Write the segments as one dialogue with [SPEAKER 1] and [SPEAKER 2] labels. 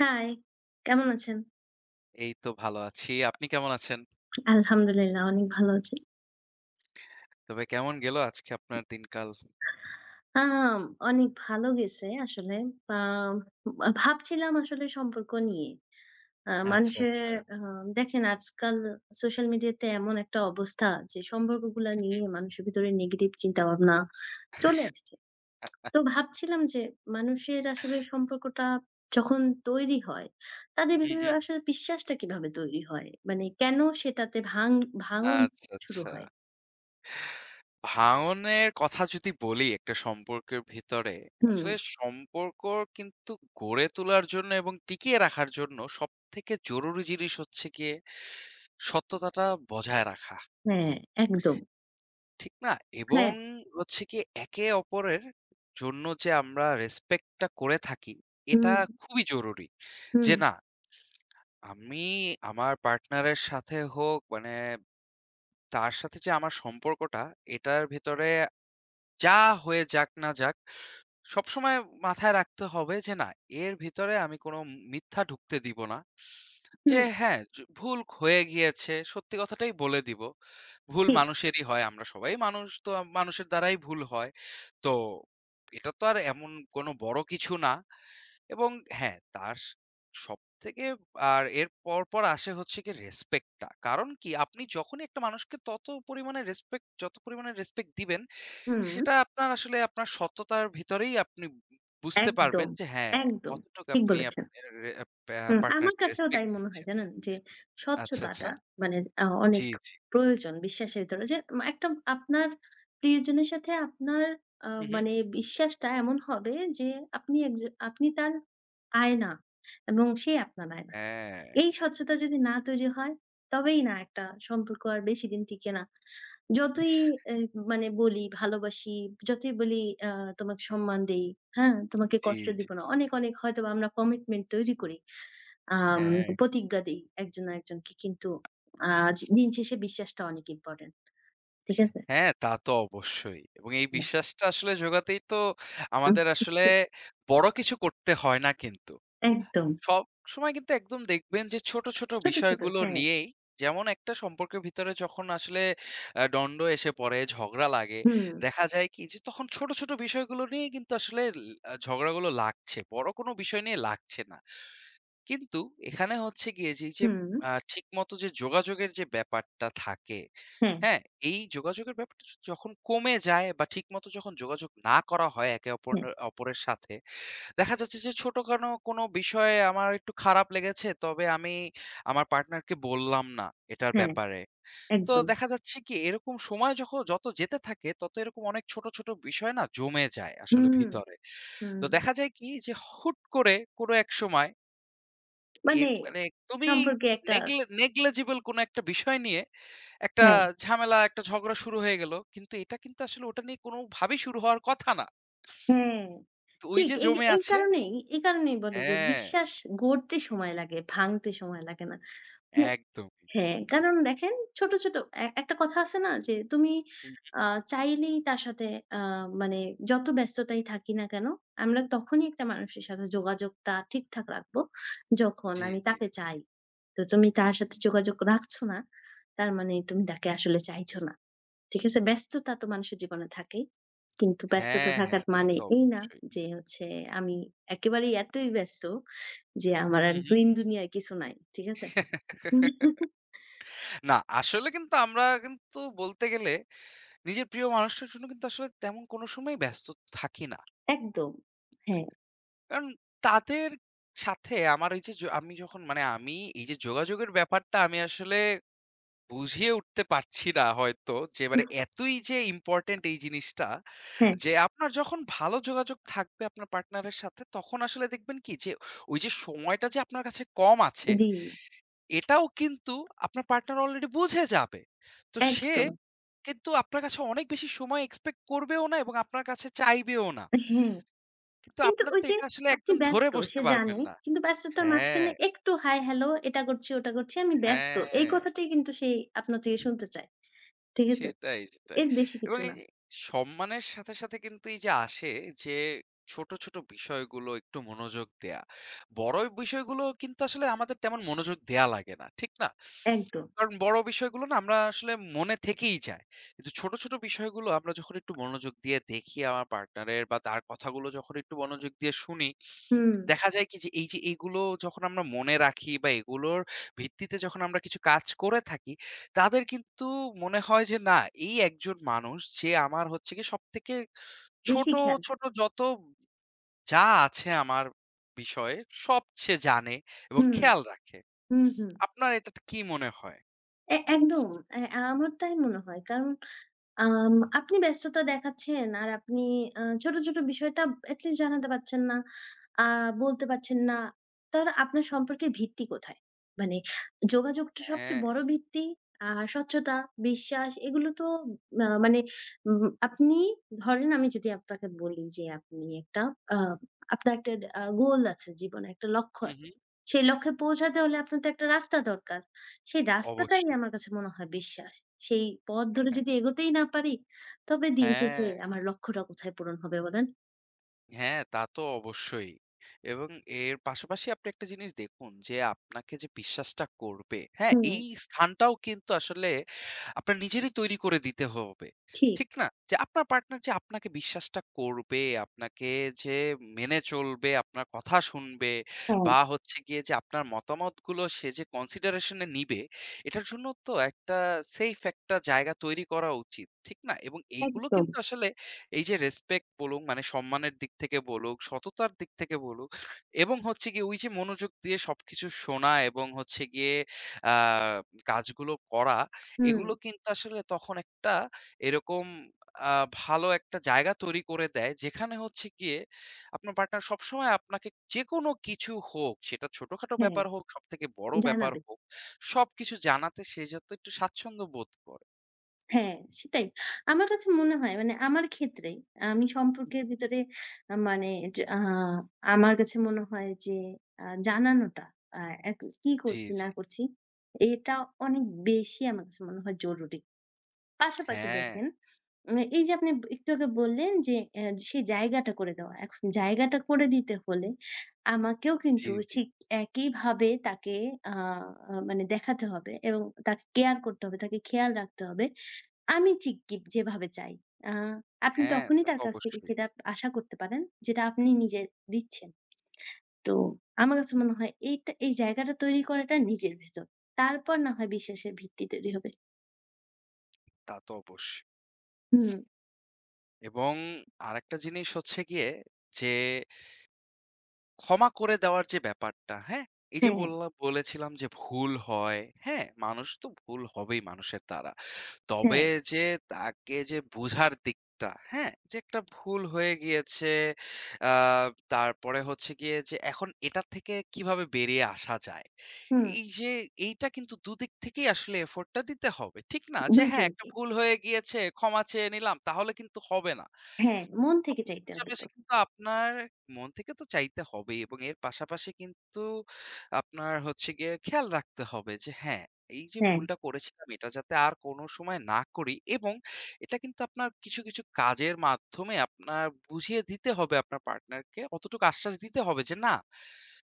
[SPEAKER 1] High, কেমন আছেন?
[SPEAKER 2] এই তো ভালো আছি। আপনি কেমন আছেন?
[SPEAKER 1] আলহামদুলিল্লাহ অনেক ভালো আছি।
[SPEAKER 2] তবে কেমন গেল আজকে আপনার দিনকাল?
[SPEAKER 1] আম অনেক ভালো গেছে আসলে। আ ভাবছিলাম আসলে সম্পর্ক নিয়ে। আ
[SPEAKER 2] আচ্ছা,
[SPEAKER 1] মানুষের
[SPEAKER 2] আচ্ছা।
[SPEAKER 1] আ দেখেন আজকাল সোশ্যাল মিডিয়াতে এমন একটা অবস্থা যে সম্পর্কগুলা নিয়ে মানুষের ভিতরে নেগেটিভ চিন্তাভাবনা চলে আসছে। তো ভাবছিলাম যে মানুষের আসলে সম্পর্কটা যখন তৈরি হয়, তাদের
[SPEAKER 2] হু,
[SPEAKER 1] ভিতরে
[SPEAKER 2] হু।
[SPEAKER 1] আসলে বিশ্বাসটা কিভাবে তৈরি হয়? মানে কেন সেটাতে ভাঙন
[SPEAKER 2] আচ্ছা,
[SPEAKER 1] শুরু
[SPEAKER 2] আচ্ছা।
[SPEAKER 1] হয়?
[SPEAKER 2] ভাঙনের কথা যদি বলি একটা সম্পর্কের ভিতরে,
[SPEAKER 1] হুম।
[SPEAKER 2] আসলে সম্পর্ক কিন্তু গড়ে তোলার জন্য এবং টিকিয়ে রাখার জন্য সবথেকে জরুরি জিনিস হচ্ছে গিয়ে সত্যতাটা বজায় রাখা।
[SPEAKER 1] হ্যাঁ, একদম।
[SPEAKER 2] ঠিক না? এবং
[SPEAKER 1] হ্যাঁ,
[SPEAKER 2] হচ্ছে কি একে অপরের জন্য যে আমরা রেসপেক্ট টা করে থাকি, এটা
[SPEAKER 1] হুম,
[SPEAKER 2] খুবই জরুরি।
[SPEAKER 1] হুম,
[SPEAKER 2] যে না আমি আমার পার্টনারের সাথে হোক মানে তার সাথে যে আমার সম্পর্কটা এটার ভেতরে যা হয়ে যাক না যাক সবসময় মাথায় রাখতে হবে যে না এর ভিতরে আমি কোনো মিথ্যা ঢুকতে দিব না, যে
[SPEAKER 1] হুম,
[SPEAKER 2] হ্যাঁ, ভুল হয়ে গিয়েছে সত্যি কথাটাই বলে দিব। ভুল
[SPEAKER 1] ঠিক।
[SPEAKER 2] মানুষেরই হয়, আমরা সবাই মানুষ তো, মানুষের দ্বারাই ভুল হয়। তো এটা তো আর এমন কোনো বড় কিছু না। এবং হ্যাঁ, তার স সবথেকে, আর এর পর আসে হচ্ছে গিয়ে রেসপেক্টটা। কারণ কি? আপনি যখনই একটা মানুষকে তত পরিমাণে রেসপেক্ট, যত পরিমাণে রেসপেক্ট দিবেন,
[SPEAKER 1] হুম।
[SPEAKER 2] সেটা আপনার আসলে আপনার সততার ভিতরেই আপনি বুঝতে
[SPEAKER 1] একদম,
[SPEAKER 2] পারবেন যে হ্যাঁ,
[SPEAKER 1] একদম।
[SPEAKER 2] কতটুকু
[SPEAKER 1] ঠিক
[SPEAKER 2] আপনি
[SPEAKER 1] বলেছেন।
[SPEAKER 2] আপনার রে আ পা
[SPEAKER 1] হুম, আমার
[SPEAKER 2] পার্টনারকে
[SPEAKER 1] কাছেও তাই
[SPEAKER 2] রেসপেক্ট
[SPEAKER 1] মনে হয়
[SPEAKER 2] দিচ্ছেন।
[SPEAKER 1] জানেন যে
[SPEAKER 2] আচ্ছা, আচ্ছা।
[SPEAKER 1] স্বচ্ছতাটা মানে অনেক
[SPEAKER 2] জি, জি।
[SPEAKER 1] প্রয়োজন বিশ্বাসের ভিতরে যে একটা আপনার প্রিয়জনের সাথে আপনার
[SPEAKER 2] হু, হু।
[SPEAKER 1] মানে বিশ্বাসটা এমন হবে যে আপনি একজ আপনি তার আয়না এবং সে আপনার আয়না।
[SPEAKER 2] হ্যাঁ।
[SPEAKER 1] এই স্বচ্ছতা যদি না তৈরি হয়, তবেই না একটা সম্পর্ক আর বেশিদিন টিকে না। যতই এ মানে বলি ভালোবাসি, যতই বলি আ তোমাকে সম্মান দেই, হ্যাঁ? তোমাকে
[SPEAKER 2] জি,
[SPEAKER 1] কষ্ট
[SPEAKER 2] জি।
[SPEAKER 1] দিব না। অনেক, অনেক হয়তোবা আমরা কমিটমেন্ট তৈরি করি। আম
[SPEAKER 2] হ্যাঁ।
[SPEAKER 1] প্রতিজ্ঞা দেই একজন আরেকজনকে। কিন্তু আজ দিন শেষে বিশ্বাসটা অনেক ইম্পোর্টেন্ট। ঠিক আছে?
[SPEAKER 2] হ্যাঁ, তা তো অবশ্যই। এবং এই বিশ্বাসটা আসলে জোগাতেই তো
[SPEAKER 1] হুম।
[SPEAKER 2] আমাদের আসলে বড় কিছু করতে হয় না কিন্তু।
[SPEAKER 1] একদম।
[SPEAKER 2] সবসময় কিন্তু একদম দেখবেন যে ছোট, ছোট
[SPEAKER 1] ছোট, ছোট
[SPEAKER 2] বিষয়গুলো
[SPEAKER 1] হ্যাঁ।
[SPEAKER 2] নিয়েই, যেমন একটা সম্পর্কের ভিতরে যখন আসলে দ্বন্দ্ব এসে পড়ে, ঝগড়া লাগে,
[SPEAKER 1] হুম,
[SPEAKER 2] দেখা যায় কি যে তখন ছোট, ছোট বিষয়গুলো নিয়েই কিন্তু আসলে ল আ ঝগড়াগুলো লাগছে। বড় কোনো বিষয় নিয়ে লাগছে না। কিন্তু এখানে হচ্ছে গিয়ে যে, এই যে
[SPEAKER 1] হুম।
[SPEAKER 2] ঠিকমতো যে যোগাযোগের যে ব্যাপারটা থাকে,
[SPEAKER 1] হ্যাঁ,
[SPEAKER 2] হ্যাঁ? এই যোগাযোগের ব্যাপারটা যখন কমে যায় বা ঠিকমতো যখন যোগাযোগ না করা হয় একে
[SPEAKER 1] হ্যাঁ,
[SPEAKER 2] অপরের সাথে, দেখা যাচ্ছে যে ছোটখাটো কোনো বিষয়ে আমার একটু খারাপ লেগেছে, তবে আমি আমার পার্টনারকে বললাম না এটার
[SPEAKER 1] হ্যাঁ।
[SPEAKER 2] ব্যাপারে। তো
[SPEAKER 1] একদম।
[SPEAKER 2] দেখা যাচ্ছে কি এরকম সময় যত যেতে থাকে তত এরকম অনেক ছোট, ছোট বিষয় না জমে যায় আসলে
[SPEAKER 1] হুম,
[SPEAKER 2] ভিতরে।
[SPEAKER 1] হুম।
[SPEAKER 2] তো দেখা যায় কি যে হুট করে কোনো এক সময় এর
[SPEAKER 1] মানে
[SPEAKER 2] মানে একদমই
[SPEAKER 1] সম্পর্কে একটা
[SPEAKER 2] নেগলিজিবল কোনো একটা বিষয় নিয়ে একটা
[SPEAKER 1] হ্যাঁ,
[SPEAKER 2] ঝামেলা, একটা ঝগড়া শুরু হয়ে গেল। কিন্তু এটা কিন্তু আসলে ওটা নিয়ে কোনোভাবেই শুরু হওয়ার কথা না।
[SPEAKER 1] হ্যাঁ।
[SPEAKER 2] তো ওই
[SPEAKER 1] ঠিক
[SPEAKER 2] যে
[SPEAKER 1] এই যে
[SPEAKER 2] জমে
[SPEAKER 1] এই
[SPEAKER 2] আছে।
[SPEAKER 1] কারণেই এই কারণেই বলে যে
[SPEAKER 2] হ্যাঁ,
[SPEAKER 1] বিশ্বাস গড়তে সময় লাগে, ভাঙতে সময় লাগে না। মানে
[SPEAKER 2] একদমই।
[SPEAKER 1] হ্যাঁ, কারণ দেখেন ছোট, ছোট একটা কথা আছে না যে তুমি আ চাইলেই তার সাথে আ মানে যত ব্যস্ততাই থাকি না কেন, আমরা তখনই একটা মানুষের সাথে যোগাযোগটা ঠিকঠাক রাখবো, যখন
[SPEAKER 2] জি,
[SPEAKER 1] আমি
[SPEAKER 2] জি।
[SPEAKER 1] তাকে চাই। তো তুমি তার সাথে যোগাযোগ রাখছো না, তার মানে তুমি তাকে আসলে চাইছো না। ঠিক আছে? ব্যস্ততা তো মানুষের জীবনে থাকেই। কিন্তু ব্যস্ততা
[SPEAKER 2] হ্যাঁ,
[SPEAKER 1] থাকার
[SPEAKER 2] হ্যাঁ, তা
[SPEAKER 1] মানে
[SPEAKER 2] তো
[SPEAKER 1] এই না
[SPEAKER 2] অবশ্যই।
[SPEAKER 1] যে হচ্ছে আমি একেবারেই এতই ব্যস্ত যে আমার
[SPEAKER 2] হু,
[SPEAKER 1] আর
[SPEAKER 2] হু।
[SPEAKER 1] ড্রিম দুনিয়ায় কিছু নাই। ঠিক আছে?
[SPEAKER 2] না, আসলে কিন্তু আমরা কিন্তু বলতে গেলে নিজের প্রিয় মানুষটার জন্য কিন্তু আসলে তেমন কোনো সময় ব্যস্ত থাকি না।
[SPEAKER 1] একদম। হ্যাঁ,
[SPEAKER 2] কারণ তাদের সাথে আমার এই যে, আমি যখন মানে আমি এই যে, যোগাযোগের ব্যাপারটা আমি আসলে বুঝিয়ে উঠতে পারছি না হয়তো যে, এবারে এতই যে, ইম্পোর্টেন্ট এই জিনিসটা,
[SPEAKER 1] হ্যাঁ,
[SPEAKER 2] যে, আপনার যখন ভালো যোগাযোগ থাকবে আপনার পার্টনারের সাথে, তখন আসলে দেখবেন কি যে, ওই যে, সময়টা যে, আপনার কাছে কম আছে,
[SPEAKER 1] জি,
[SPEAKER 2] এটাও কিন্তু আপনার পার্টনার অলরেডি বুঝে যাবে। তো সে
[SPEAKER 1] একদম।
[SPEAKER 2] কিন্তু আপনার কাছে অনেক বেশি সময় এক্সপেক্ট করবেও না এবং আপনার কাছে চাইবেও না।
[SPEAKER 1] হ্যাঁ,
[SPEAKER 2] কিন্তু
[SPEAKER 1] কিন্তু
[SPEAKER 2] আপনার
[SPEAKER 1] ওই
[SPEAKER 2] তো
[SPEAKER 1] যে
[SPEAKER 2] এটা আসলে
[SPEAKER 1] আপনি
[SPEAKER 2] একদম ধরে
[SPEAKER 1] ব্যস্ত সে
[SPEAKER 2] বসতে পারবেন
[SPEAKER 1] জানে।
[SPEAKER 2] না।
[SPEAKER 1] কিন্তু ব্যস্ততার
[SPEAKER 2] হ্যাঁ,
[SPEAKER 1] মাঝখানে একটু হাই হ্যালো এটা করছি, ওটা করছি, আমি ব্যস্ত। এই
[SPEAKER 2] হ্যাঁ।
[SPEAKER 1] কথাটাই কিন্তু সে আপনার থেকে শুনতে চায়। ঠিক আছে?
[SPEAKER 2] সেটাই, সেটাই।
[SPEAKER 1] এর বেশি
[SPEAKER 2] এবং
[SPEAKER 1] কিছু
[SPEAKER 2] এই
[SPEAKER 1] না।
[SPEAKER 2] যে সম্মানের সাথে, সাথে কিন্তু এই যে আসে যে ছোট, ছোট বিষয়গুলো একটু মনোযোগ দেয়া। বড় বিষয়গুলো কিন্তু আসলে আমাদের তেমন মনোযোগ দেয়া লাগে না। ঠিক না?
[SPEAKER 1] একদম।
[SPEAKER 2] কারণ বড় বিষয়গুলো না আমরা আসলে মনে থেকেই যায়। কিন্তু ছোট, ছোট বিষয়গুলো আমরা যখন একটু মনোযোগ দিয়ে দেখি আমার পার্টনারের, বা তার কথাগুলো যখন একটু মনোযোগ দিয়ে শুনি,
[SPEAKER 1] হুম,
[SPEAKER 2] দেখা যায় কি যে এই যে এগুলো যখন আমরা মনে রাখি বা এগুলোর ভিত্তিতে যখন আমরা কিছু কাজ করে থাকি, তাদের কিন্তু মনে হয় যে না, এই একজন মানুষ যে আমার হচ্ছে গিয়ে সবথেকে,
[SPEAKER 1] বেশি
[SPEAKER 2] ছোট,
[SPEAKER 1] খেয়াল রাখে।
[SPEAKER 2] ছোট যত যা আছে আমার বিষয়ে সব সে জানে এবং
[SPEAKER 1] হুম,
[SPEAKER 2] খেয়াল রাখে।
[SPEAKER 1] হুম, হুম।
[SPEAKER 2] আপনার এটাতে কি মনে হয়?
[SPEAKER 1] একদম। এ আমার তাই মনে হয়। কারণ আপনি ব্যস্ততা দেখাচ্ছেন আর আপনি ছোট, ছোট বিষয়টা at least জানাতে পারছেন না। আ বলতে পারছেন না। তাহলে আপনার সম্পর্কের ভিত্তি কোথায়? মানে যোগাযোগটা সবচেয়ে
[SPEAKER 2] হ্যাঁ।
[SPEAKER 1] বড় ভিত্তি, আ স্বচ্ছতা, বিশ্বাস এগুলো তো মানে আপনি ধরেন আমি যদি আপনাকে বলি যে আপনি একটা আ আপনার একটা গোল আছে জীবনে, একটা লক্ষ্য
[SPEAKER 2] হু,
[SPEAKER 1] আছে।
[SPEAKER 2] হু।
[SPEAKER 1] সেই লক্ষ্যে পৌঁছাতে হলে আপনার তো একটা রাস্তা দরকার। সেই রাস্তাটাই
[SPEAKER 2] অবশ্যই।
[SPEAKER 1] আমার কাছে মনে হয় বিশ্বাস। সেই পথ ধরে যদি এগোতেই না পারি, তবে দিন শেষে
[SPEAKER 2] হ্যাঁ।
[SPEAKER 1] আমার লক্ষ্যটা কোথায় পূরণ হবে বলেন?
[SPEAKER 2] হ্যাঁ, তা তো অবশ্যই। এবং এর পাশাপাশি আপনি একটা জিনিস দেখুন যে আপনাকে যে বিশ্বাসটা করবে, হ্যাঁ?
[SPEAKER 1] হুম,
[SPEAKER 2] এই স্থানটাও কিন্তু আসলে আপনার নিজেরই তৈরি করে দিতে হবে।
[SPEAKER 1] ঠিক।
[SPEAKER 2] ঠিক না? যে আপনার পার্টনার যে আপনাকে বিশ্বাসটা করবে, আপনাকে যে মেনে চলবে, আপনার কথা শুনবে,
[SPEAKER 1] হ্যাঁ,
[SPEAKER 2] বা হচ্ছে গিয়ে যে আপনার মতামতগুলো সে যে কনসিডারেশন এ নিবে, এটার জন্য তো একটা সেফ একটা জায়গা তৈরি করা উচিত। ঠিক না? এবং এইগুলো
[SPEAKER 1] একদম।
[SPEAKER 2] কিন্তু আসলে এই যে রেসপেক্ট বলুক, মানে সম্মানের দিক থেকে বলুক, সততার দিক থেকে বলুক, এবং হচ্ছে গিয়ে ওই যে মনোযোগ দিয়ে সবকিছু শোনা, এবং হচ্ছে গিয়ে আ কাজগুলো করা,
[SPEAKER 1] হুম,
[SPEAKER 2] এগুলো কিন্তু আসলে তখন একটা এরকম আ ভালো একটা জায়গা তৈরি করে দেয়, যেখানে হচ্ছে গিয়ে আপনার পার্টনার সবসময় আপনাকে যেকোনো কিছু হোক, সেটা ছোটখাটো
[SPEAKER 1] হ্যাঁ,
[SPEAKER 2] ব্যাপার হোক, সবথেকে বড় ব্যাপার
[SPEAKER 1] জানাবে।
[SPEAKER 2] হোক, সবকিছু জানাতে সে যাতে একটু স্বাচ্ছন্দ্য বোধ করে।
[SPEAKER 1] হ্যাঁ, সেটাই। আমার কাছে মনে হয় মানে আমার ক্ষেত্রে আমি সম্পর্কের ভিতরে মানে যে আমার কাছে মনে হয় যে জানানোটা আ এক কি
[SPEAKER 2] জি,
[SPEAKER 1] করছি
[SPEAKER 2] জি।
[SPEAKER 1] না করছি এটা অনেক বেশি আমার কাছে মনে হয় জরুরি। পাশাপাশি
[SPEAKER 2] হ্যাঁ,
[SPEAKER 1] দেখেন এই যে আপনি একটু আগে বললেন যে সেই জায়গাটা করে দেওয়া। এখন জায়গাটা করে দিতে হলে আমাকেও
[SPEAKER 2] জি,
[SPEAKER 1] কিন্তু
[SPEAKER 2] জি।
[SPEAKER 1] ঠিক একইভাবে তাকে আ আ মানে দেখাতে হবে এবং তাকে কেয়ার করতে হবে, তাকে খেয়াল রাখতে হবে। আমি ঠিক কি যেভাবে চাই। আ আপনি
[SPEAKER 2] হ্যাঁ,
[SPEAKER 1] তখনই
[SPEAKER 2] তা তো
[SPEAKER 1] তার কাছ থেকে
[SPEAKER 2] অবশ্যই।
[SPEAKER 1] সেটা আশা করতে পারেন যেটা আপনি নিজে দিচ্ছেন। তো আমার কাছে মনে হয় এইটা এই জায়গাটা তৈরি করাটা নিজের ভেতর। তারপর না হয় বিশ্বাসের ভিত্তি তৈরি হবে।
[SPEAKER 2] তা তো অবশ্যই।
[SPEAKER 1] হুম,
[SPEAKER 2] এবং আরেকটা জিনিস হচ্ছে গিয়ে যে ক্ষমা করে দেওয়ার যে ব্যাপারটা, হ্যাঁ? এই যে
[SPEAKER 1] হ্যাঁ,
[SPEAKER 2] বললাম, বলেছিলাম যে ভুল হয়, হ্যাঁ? মানুষ তো ভুল হবেই মানুষের দ্বারা। তবে
[SPEAKER 1] হ্যাঁ,
[SPEAKER 2] যে তাকে যে বোঝার দিকটা, হ্যাঁ? যে একটা ভুল হয়ে গিয়েছে। আ তারপরে হচ্ছে গিয়ে যে এখন এটা থেকে কিভাবে বেরিয়ে আসা যায়?
[SPEAKER 1] হুম।
[SPEAKER 2] এই যে এইটা কিন্তু দুদিক থেকেই আসলে এফোর্টটা দিতে হবে। ঠিক না? যে
[SPEAKER 1] ২
[SPEAKER 2] হ্যাঁ, একটা
[SPEAKER 1] জনকে।
[SPEAKER 2] ভুল হয়ে গিয়েছে, ক্ষমা চেয়ে নিলাম। তাহলে কিন্তু হবে না।
[SPEAKER 1] হ্যাঁ, মন থেকে চাইতে হবে তো।
[SPEAKER 2] পাশাপাশি কিন্তু আপনার মন থেকে তো চাইতে হবেই, এবং এর পাশাপাশি কিন্তু আপনার হচ্ছে গিয়ে খেয়াল রাখতে হবে যে হ্যাঁ, এই যে
[SPEAKER 1] হ্যাঁ,
[SPEAKER 2] ভুলটা করেছিলাম এটা যাতে আর কোনো সময় না করি, এবং এটা কিন্তু আপনার কিছু, কিছু কাজের মাধ্যমে আপনার বুঝিয়ে দিতে হবে আপনার পার্টনারকে, অতটুকু আশ্বাস দিতে হবে যে না,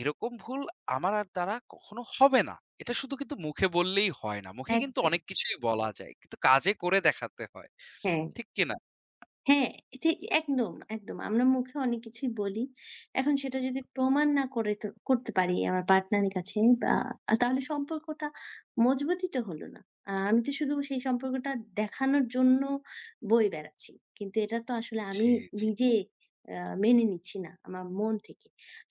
[SPEAKER 2] এরকম ভুল আমার আর দ্বারা কখনো হবে না। এটা শুধু কিন্তু মুখে বললেই হয় না। মুখে কিন্তু
[SPEAKER 1] একদম।
[SPEAKER 2] অনেক কিছুই বলা যায়। কিন্তু কাজে করে দেখাতে হয়।
[SPEAKER 1] হ্যাঁ।
[SPEAKER 2] ঠিক কিনা?
[SPEAKER 1] হ্যাঁ, এটি একদম, একদম। আমরা মুখে অনেক কিছুই বলি। এখন সেটা যদি প্রমাণ না করে তো করতে পারি আমার পার্টনারের কাছে বা
[SPEAKER 2] হুম,
[SPEAKER 1] তাহলে
[SPEAKER 2] হুম।
[SPEAKER 1] সম্পর্কটা মজবুতই তো হলো না। আমি তো শুধু সেই সম্পর্কটা দেখানোর জন্য বয়ে বেড়াচ্ছি। কিন্তু এটা তো আসলে আমি
[SPEAKER 2] জি, জি।
[SPEAKER 1] নিজে আ মেনে নিচ্ছি না আমার মন থেকে।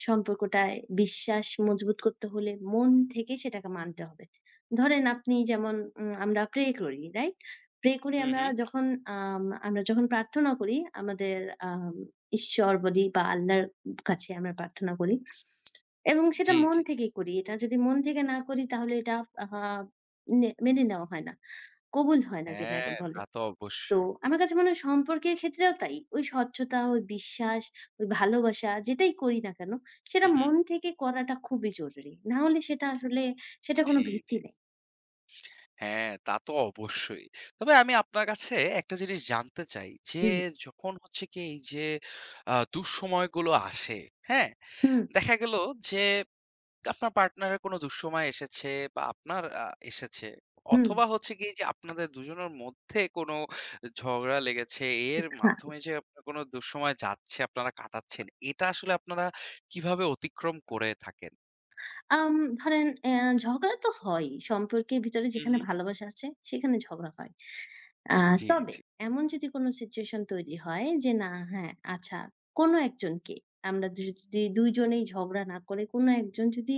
[SPEAKER 1] সম্পর্কটায় বিশ্বাস মজবুত করতে হলে মন থেকে সেটাকে মানতে হবে। ধরেন আপনি যেমন আমরা প্রে করি, রাইট? প্রে করি
[SPEAKER 2] হুম, হুম।
[SPEAKER 1] আমরা যখন প্রার্থনা করি আমাদের আম ঈশ্বর বলি বা আল্লাহর কাছে আমরা প্রার্থনা করি এবং সেটা
[SPEAKER 2] জি,
[SPEAKER 1] মন
[SPEAKER 2] জি।
[SPEAKER 1] থেকে করি। এটা যদি মন থেকে না করি তাহলে এটা আহা নে মেনে নেওয়া হয় না। কবুল হয় না যেটাকে
[SPEAKER 2] হ্যাঁ,
[SPEAKER 1] বলে।
[SPEAKER 2] তা তো
[SPEAKER 1] তো
[SPEAKER 2] অবশ্যই।
[SPEAKER 1] আমার কাছে মনে হয় সম্পর্কের ক্ষেত্রেও তাই। ওই স্বচ্ছতা, ওই বিশ্বাস, ওই ভালোবাসা যেটাই করি না কেন সেটা
[SPEAKER 2] হু, হু।
[SPEAKER 1] মন থেকে করাটা খুবই জরুরি। না হলে সেটা আসলে সেটা কোনো
[SPEAKER 2] জি,
[SPEAKER 1] ভিত্তি
[SPEAKER 2] জি।
[SPEAKER 1] নেই।
[SPEAKER 2] হ্যাঁ, তা তো অবশ্যই। তবে আমি আপনার কাছে একটা জিনিস জানতে চাই যে,
[SPEAKER 1] হুম,
[SPEAKER 2] যখন হচ্ছে কি এই যে দুঃসময়গুলো আসে, হ্যাঁ?
[SPEAKER 1] হুম,
[SPEAKER 2] দেখা গেল যে আপনার পার্টনারের কোনো দুঃসময় এসেছে, বা আপনার এসেছে,
[SPEAKER 1] হুম,
[SPEAKER 2] অথবা হচ্ছে কি যে আপনাদের দুজনের মধ্যে কোনো ঝগড়া লেগেছে, এর
[SPEAKER 1] হ্যাঁ।
[SPEAKER 2] মাধ্যমে যে আপনার কোনো দুঃসময় যাচ্ছে, আপনারা কাটাচ্ছেন, এটা আসলে আপনারা কিভাবে অতিক্রম করে থাকেন?
[SPEAKER 1] আম ধরেন ঝগড়া তো হয়ই। সম্পর্কের ভিতরে
[SPEAKER 2] হু,
[SPEAKER 1] যেখানে
[SPEAKER 2] হু।
[SPEAKER 1] ভালোবাসা আছে সেখানে ঝগড়া হয়। আ
[SPEAKER 2] জি,
[SPEAKER 1] তবে
[SPEAKER 2] জি,
[SPEAKER 1] এমন যদি কোনো সিচুয়েশন তৈরি হয় যে না হ্যাঁ, আচ্ছা কোনো একজনকে যদি ২ জনেই ঝগড়া না করে কোনো একজন যদি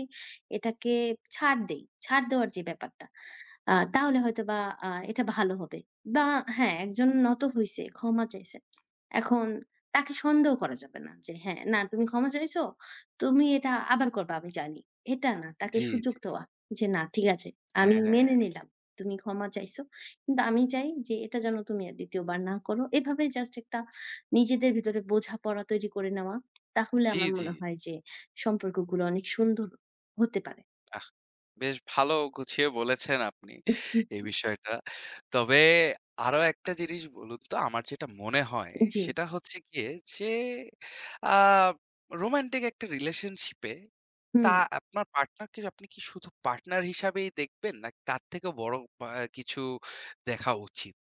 [SPEAKER 1] এটাকে ছাড় দেই, ছাড় দেওয়ার যে ব্যাপারটা তাহলে হয়তোবা এটা ভালো হবে। বা হ্যাঁ, একজন নত হইছে, ক্ষমা চাইছে। এখন তাকে সন্দেহ করা যাবে না যে, হ্যাঁ, না তুমি ক্ষমা চাইছো, তুমি এটা আবার করবা আমি জানি। এটা না, তাকে
[SPEAKER 2] জি,
[SPEAKER 1] সুযোগ
[SPEAKER 2] জি।
[SPEAKER 1] দেওয়া যে, না ঠিক আছে, আমি মেনে
[SPEAKER 2] হ্যাঁ,
[SPEAKER 1] নিলাম। তুমি ক্ষমা চাইছো। কিন্তু আমি চাই যে এটা যেন তুমি আর ২য় বার না করো। এভাবে জাস্ট একটা নিজেদের ভিতরে বোঝাপড়া তৈরি করে নেওয়া। তাহলে
[SPEAKER 2] জি,
[SPEAKER 1] আমার
[SPEAKER 2] জি।
[SPEAKER 1] মনে হয় যে সম্পর্কগুলো অনেক সুন্দর হতে পারে।
[SPEAKER 2] আহ! বেশ ভালো গুছিয়ে বলেছেন আপনি এই
[SPEAKER 1] হুম,
[SPEAKER 2] বিষয়টা। তবে আরো একটা জিনিস বলুন তো। আমার যেটা মনে হয়
[SPEAKER 1] জি,
[SPEAKER 2] সেটা হচ্ছে গিয়ে যে আ রোমান্টিক একটা রিলেশনশিপ এ,
[SPEAKER 1] হুম।
[SPEAKER 2] তা আপনার পার্টনারকে আপনি কি শুধু পার্টনার হিসাবেই দেখবেন, নাকি তার থেকেও বড় আ কিছু দেখা উচিত?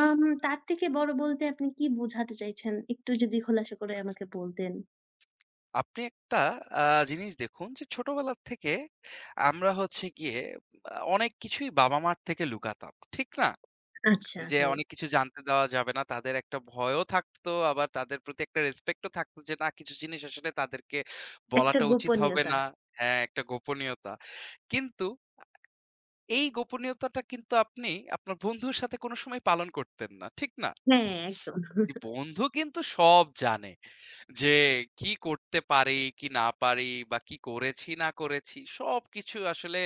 [SPEAKER 1] তার থেকে বড় বলতে আপনি কি বোঝাতে চাইছেন? একটু যদি খোলাসা করে আমাকে বলতেন।
[SPEAKER 2] আপনি একটা আ জিনিস দেখুন যে ছোটবেলা থেকে আমরা হচ্ছে গিয়ে অনেক কিছুই বাবা-মার থেকে লুকাতাম। ঠিক না?
[SPEAKER 1] আচ্ছা,
[SPEAKER 2] যে
[SPEAKER 1] হ্যাঁ।
[SPEAKER 2] অনেক কিছু জানতে দেওয়া যাবে না। তাদের একটা ভয়ও থাকতো, আবার তাদের প্রতি একটা রেসপেক্ট ও থাকতো যে না, কিছু জিনিস আসলে তাদেরকে
[SPEAKER 1] একটা
[SPEAKER 2] বলাটা উচিত হবে
[SPEAKER 1] গোপনীয়তা।
[SPEAKER 2] না। হ্যাঁ, একটা গোপনীয়তা। কিন্তু এই গোপনীয়তাটা কিন্তু আপনি আপনার বন্ধুর সাথে কোন সময় পালন করতেন না। ঠিক না?
[SPEAKER 1] হ্যাঁ, একদম।
[SPEAKER 2] যে বন্ধু কিন্তু সব জানে। যে কি করতে পারি, কি না পারি, বা কি করেছি না করেছি, সবকিছু আসলে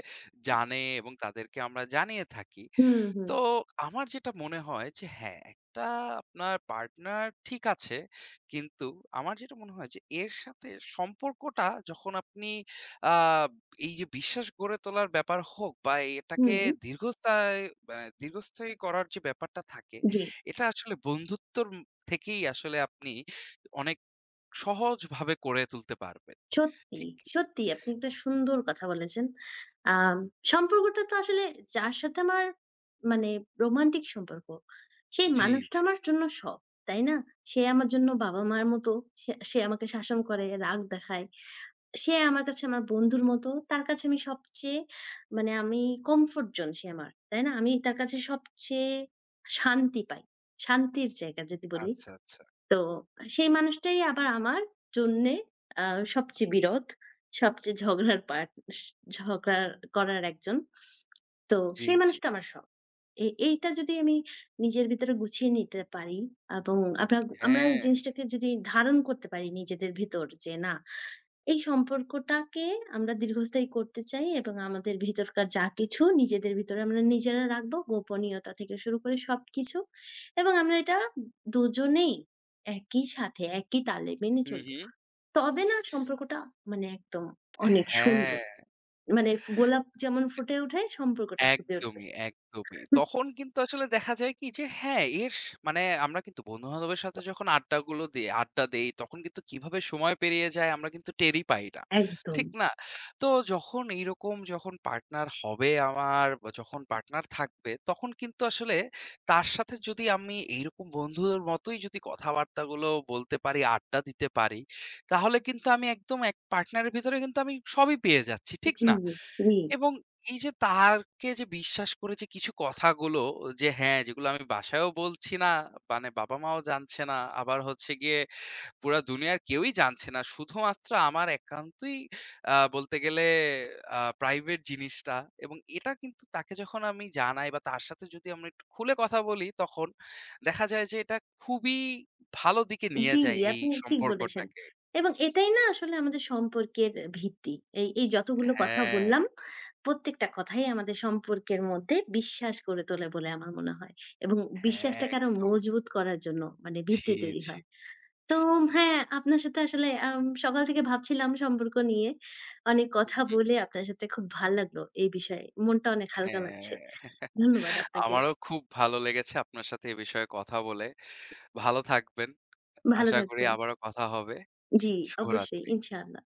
[SPEAKER 2] জানে এবং তাদেরকে আমরা জানিয়ে থাকি।
[SPEAKER 1] হুম, হুম,
[SPEAKER 2] তো আমার যেটা মনে হয় যে হ্যাঁ, একটা আপনার পার্টনার ঠিক আছে। কিন্তু আমার যেটা মনে হয় যে এর সাথে সম্পর্কটা যখন আপনি আ এই যে বিশ্বাস গড়ে তোলার ব্যাপার হোক, বা
[SPEAKER 1] হুম।
[SPEAKER 2] এটাকে দীর্ঘস্থায়ী মানে দীর্ঘস্থায়ী করার যে ব্যাপারটা থাকে,
[SPEAKER 1] জি।
[SPEAKER 2] এটা আসলে বন্ধুত্বর থেকেই আসলে আপনি অনেক সহজভাবে করে তুলতে পারবেন।
[SPEAKER 1] সত্যি,
[SPEAKER 2] ঠিক।
[SPEAKER 1] সত্যি আপনি একটা সুন্দর কথা বলেছেন। আম সম্পর্কটা তো আসলে যার সাথে আমার মানে রোমান্টিক সম্পর্ক, সেই
[SPEAKER 2] জি,
[SPEAKER 1] মানুষটা
[SPEAKER 2] জি।
[SPEAKER 1] আমার জন্য সব, তাই না? সে আমার জন্য বাবা-মার মতো। সে সে আমাকে শাসন করে, রাগ দেখায়। সে আমার কাছে আমার বন্ধুর মতো। তার কাছে আমি সবচেয়ে মানে আমি কমফোর্ট জোন সে আমার। তাই না? আমি তার কাছে সবচেয়ে শান্তি পাই। শান্তির জায়গা যদি বলি।
[SPEAKER 2] আচ্ছা, আচ্ছা।
[SPEAKER 1] তো সেই মানুষটাই আবার আমার জন্যে আ সবচেয়ে বিরোধ, সবচেয়ে ঝগড়ার পার্ট ঝগড়া করার একজন। তো
[SPEAKER 2] জি,
[SPEAKER 1] সেই
[SPEAKER 2] জি।
[SPEAKER 1] মানুষটা আমার সব। এইটা যদি আমি নিজের ভিতরে গুছিয়ে নিতে পারি এবং আমরা আমরা
[SPEAKER 2] হ্যাঁ।
[SPEAKER 1] এই জিনিসটাকে যদি ধারণ করতে পারি নিজেদের ভেতর যে না এই সম্পর্কটাকে আমরা দীর্ঘস্থায়ী করতে চাই এবং আমাদের ভিতরকার যা কিছু নিজেদের ভিতরে আমরা নিজেরা রাখবো গোপনীয়তা থেকে শুরু করে সবকিছু এবং আমরা এটা দুজনেই একই সাথে একই তালে মেনে
[SPEAKER 2] হু,
[SPEAKER 1] চলবো।
[SPEAKER 2] হু।
[SPEAKER 1] তবে না সম্পর্কটা মানে একদম অনেক
[SPEAKER 2] হ্যাঁ।
[SPEAKER 1] সুন্দর। মানে গোলাপ যেমন ফুটে ওঠে সম্পর্কটা ফুটে উঠবে।
[SPEAKER 2] একদমই, একদমই।
[SPEAKER 1] হুম,
[SPEAKER 2] তখন কিন্তু আসলে দেখা যায় কি যে হ্যাঁ, মানে আমরা কিন্তু বন্ধু-বান্ধবের সাথে যখন আড্ডা দেই, তখন কিন্তু কিভাবে সময় পেরিয়ে যায় আমরা কিন্তু টেরই পাই না।
[SPEAKER 1] একদম।
[SPEAKER 2] ঠিক না? তো যখন এইরকম, যখন পার্টনার হবে আমার বা যখন পার্টনার থাকবে, তখন কিন্তু আসলে তার সাথে যদি আমি এইরকম বন্ধুর মতোই যদি কথাবার্তাগুলো বলতে পারি, আড্ডা দিতে পারি, তাহলে কিন্তু আমি একদম এক পার্টনারের ভিতরে কিন্তু আমি সবই পেয়ে যাচ্ছি। ঠিক
[SPEAKER 1] জি,
[SPEAKER 2] না? এবং এই যে তারকে যে বিশ্বাস করে যে কিছু কথাগুলো যে হ্যাঁ, যেগুলো আমি বাসায়ও বলছি না, মানে বাবা-মাও জানছে না। আবার হচ্ছে গিয়ে পুরা দুনিয়ার কেউই জানছে না। শুধুমাত্র আমার একান্তই বলতে গেলে প্রাইভেট জিনিসটা, এবং এটা কিন্তু তাকে যখন আমি জানাই বা তার সাথে যদি আমরা একটু খুলে কথা বলি, তখন দেখা যায় যে এটা খুবই ভালো দিকে নিয়ে
[SPEAKER 1] জি,
[SPEAKER 2] যায়
[SPEAKER 1] জি,
[SPEAKER 2] এই
[SPEAKER 1] আপনি ঠিক বলেছেন।
[SPEAKER 2] সম্পর্কটাকে।
[SPEAKER 1] এবং এটাই না আসলে আমাদের সম্পর্কের ভিত্তি। এই যতগুলো কথা
[SPEAKER 2] হ্যাঁ,
[SPEAKER 1] বললাম, প্রত্যেকটা কথাই আমাদের সম্পর্কের মধ্যে বিশ্বাস গড়ে তোলে বলে আমার মনে হয়। এবং
[SPEAKER 2] হ্যাঁ,
[SPEAKER 1] বিশ্বাসটাকে আরো
[SPEAKER 2] একদমই।
[SPEAKER 1] মজবুত করার জন্য মানে
[SPEAKER 2] জি,
[SPEAKER 1] ভিত্তি তৈরি
[SPEAKER 2] জি।
[SPEAKER 1] হয়। তো হ্যাঁ, আপনার সাথে আসলে সকাল থেকে ভাবছিলাম সম্পর্ক নিয়ে। অনেক কথা বলে আপনার সাথে খুব ভাল লাগলো এই বিষয়ে। মনটা অনেক হালকা লাগছে।
[SPEAKER 2] হ্যাঁ।
[SPEAKER 1] ধন্যবাদ আপনাকে।
[SPEAKER 2] আমারও খুব ভালো লেগেছে আপনার সাথে এ বিষয়ে কথা বলে। ভালো থাকবেন।
[SPEAKER 1] ভালো
[SPEAKER 2] আশা করি
[SPEAKER 1] থাকবেন।
[SPEAKER 2] আবারও কথা হবে।
[SPEAKER 1] জি, অবশ্যই
[SPEAKER 2] শুভরাত্রি।
[SPEAKER 1] ইনশাআল্লাহ।